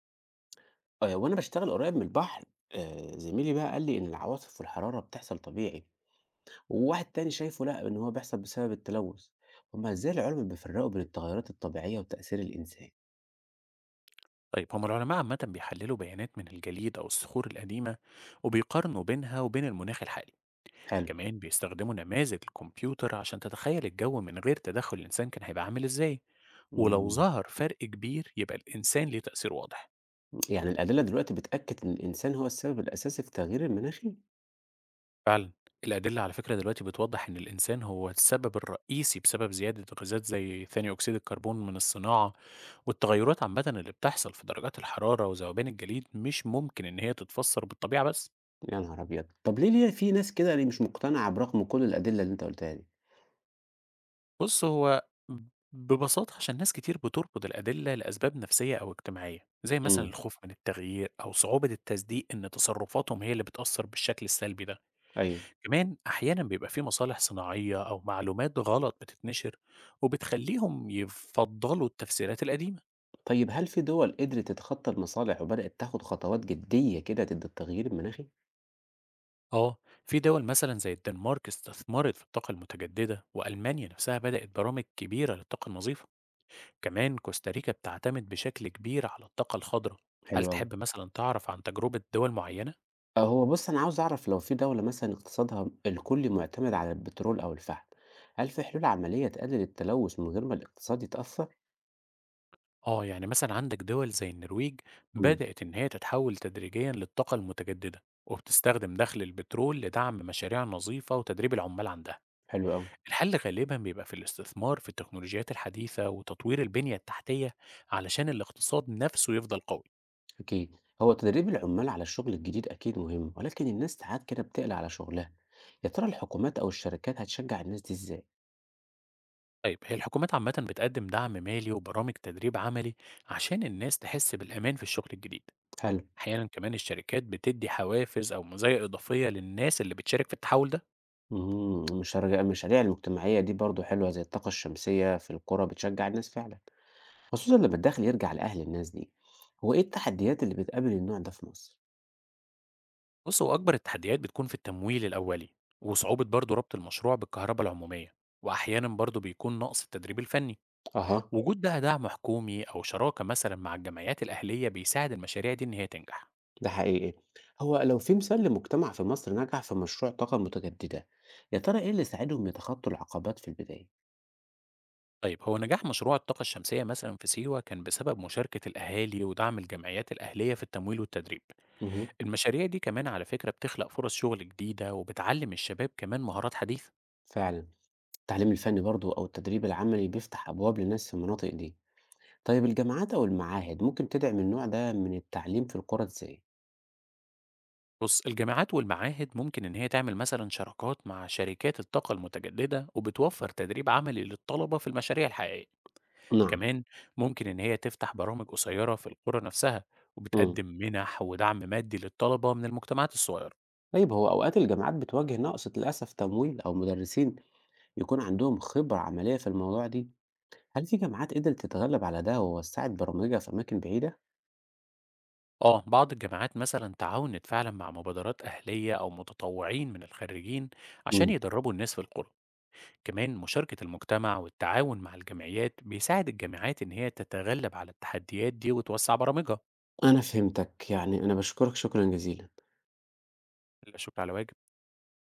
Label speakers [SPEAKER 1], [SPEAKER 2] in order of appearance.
[SPEAKER 1] وأنا باشتغل قريب من البحر، زميلي بقى قال لي إن العواصف والحرارة بتحصل طبيعي، وواحد تاني شايفه لأ، إن هو بيحصل بسبب التلوث، هُم إزاي العلماء بيفرقوا بين التغيرات الطبيعية وتأثير الإنسان؟
[SPEAKER 2] طيب هم العلماء عامة بيحللوا بيانات من الجليد أو الصخور القديمة، وبيقارنوا بينها وبين المناخ الحالي.
[SPEAKER 1] حلو.
[SPEAKER 2] كمان بيستخدموا نماذج الكمبيوتر عشان تتخيل الجو من غير تدخل الإنسان كان هيبقى عامل إزاي. ولو
[SPEAKER 1] إمم.
[SPEAKER 2] ظهر فرق كبير يبقى الإنسان ليه تأثير واضح.
[SPEAKER 1] يعني الأدلة دلوقتي بتأكد إن الإنسان هو السبب الأساسي في التغيير المناخي؟
[SPEAKER 2] فعلا، الأدلة على فكرة دلوقتي بتوضح إن الإنسان هو السبب الرئيسي بسبب زيادة غازات زي ثاني أكسيد الكربون من الصناعة. والتغيرات عامة اللي بتحصل في درجات الحرارة وذوبان الجليد مش ممكن إن هي تتفسر بالطبيعة بس.
[SPEAKER 1] يا نهار أبيض! طب ليه في ناس كده اللي مش مقتنعة برغم كل الأدلة اللي أنت قُلتها دي؟
[SPEAKER 2] بُص، هو ببساطة عشان ناس كتير بتربط الأدلة لأسباب نفسية أو اجتماعية، زي مثلًا
[SPEAKER 1] إمم،
[SPEAKER 2] الخوف من التغيير أو صعوبة التصديق إن تصرفاتهم هي اللي بتأثّر بالشكل السلبي ده.
[SPEAKER 1] أيوه،
[SPEAKER 2] كمان أحيانًا بيبقى في مصالح صناعية أو معلومات غلط بتتنشر، وبتخلّيهم يفضّلوا التفسيرات القديمة.
[SPEAKER 1] طيب هل في دول قدرت تتخطى المصالح وبدأت تاخد خطوات جدية كده ضد التغيير المناخي؟
[SPEAKER 2] آه، في دول مثلًا زي الدنمارك استثمرت في الطاقة المتجددة، وألمانيا نفسها بدأت برامج كبيرة للطاقة النظيفة. كمان كوستاريكا بتعتمد بشكل كبير على الطاقة الخضراء.
[SPEAKER 1] حلو
[SPEAKER 2] هل
[SPEAKER 1] أوي.
[SPEAKER 2] تحب مثلا تعرف عن تجربة دول معينة؟
[SPEAKER 1] آه، هو بُص أنا عاوز أعرف لو في دولة مثلًا اقتصادها الكلّي مُعتمد على البترول أو الفحم، هل في حلول عملية تقلل التلوث من غير ما الاقتصاد يتأثر؟
[SPEAKER 2] آه، يعني مثلا عندك دول زي النرويج
[SPEAKER 1] إمم.
[SPEAKER 2] بدأت إن هي تتحول تدريجيا للطاقة المتجددة، وبتستخدم دخل البترول لدعم مشاريع نظيفة وتدريب العمال عندها.
[SPEAKER 1] حلو أوي.
[SPEAKER 2] الحل غالبا بيبقى في الاستثمار في التكنولوجيات الحديثة وتطوير البنية التحتية علشان الاقتصاد نفسه يفضل قوي.
[SPEAKER 1] أكيد. هو تدريب العمال على الشغل الجديد أكيد مهم، ولكن الناس ساعات كده بتقلق على شغلها، يا ترى الحكومات أو الشركات هتشجع الناس دي إزاي؟
[SPEAKER 2] طيب هي الحكومات عامة بتقدم دعم مالي وبرامج تدريب عملي عشان الناس تحس بالأمان في الشغل الجديد.
[SPEAKER 1] حلو.
[SPEAKER 2] أحيانًا كمان الشركات بتدّي حوافز أو مزايا إضافية للناس اللي بتشارك في التحول ده.
[SPEAKER 1] اهم، المشاريع المجتمعية دي برضه حلوة زي الطاقة الشمسية في القرى بتشجع الناس فعلًا، خصوصًا لمّا الدخل يرجع لأهل الناس دي. هو إيه التحديات اللي بتقابل النوع ده في مصر؟
[SPEAKER 2] بُص، هو أكبر التحديات بتكون في التمويل الأولي، وصعوبة برضه ربط المشروع بالكهربا العمومية، وأحيانًا برضه بيكون نقص التدريب الفني.
[SPEAKER 1] أها.
[SPEAKER 2] وجود بقى دعم حكومي أو شراكة مثلًا مع الجمعيات الأهلية بيساعد المشاريع دي إن هي تنجح.
[SPEAKER 1] ده حقيقي. هو لو في مثال لمجتمع في مصر نجح في مشروع طاقة متجددة، يا ترى ايه اللي ساعدهم يتخطوا العقبات في البداية؟
[SPEAKER 2] طيب هو نجاح مشروع الطاقة الشمسية مثلًا في سيوة كان بسبب مشاركة الأهالي ودعم الجمعيات الأهلية في التمويل والتدريب.
[SPEAKER 1] مه.
[SPEAKER 2] المشاريع دي كمان على فكرة بتخلق فرص شغل جديدة وبتعلم الشباب كمان مهارات حديثة.
[SPEAKER 1] فعلا، التعليم الفني برضو أو التدريب العملي بيفتح أبواب للناس في المناطق دي. طيب الجامعات أو المعاهد ممكن تدعم النوع ده من التعليم في القرى ازاي؟
[SPEAKER 2] بص الجامعات والمعاهد ممكن إن هي تعمل مثلا شراكات مع شركات الطاقة المتجددة، وبتوفر تدريب عملي للطلبة في المشاريع الحقيقية.
[SPEAKER 1] نعم.
[SPEAKER 2] كمان ممكن إن هي تفتح برامج قصيرة في القرى نفسها،
[SPEAKER 1] مم.
[SPEAKER 2] وبتقدم منح ودعم مادي للطلبة من المجتمعات الصغيرة.
[SPEAKER 1] طيب هو أوقات الجامعات بتواجه نقص للأسف تمويل أو مدرسين يكون عندهم خبرة عملية في الموضوع دي، هل في جامعات قدرت تتغلب على ده ووسعت برامجها في أماكن بعيدة؟
[SPEAKER 2] آه، بعض الجامعات مثلا تعاونت فعلا مع مبادرات أهلية أو متطوعين من الخريجين عشان يدربوا الناس في القرى. كمان مشاركة المجتمع والتعاون مع الجمعيات بيساعد الجامعات إن هي تتغلب على التحديات دي وتوسع برامجها.
[SPEAKER 1] أنا فهمتك، يعني أنا باشكرك شكرًا جزيلًا.
[SPEAKER 2] لا شكر على واجب.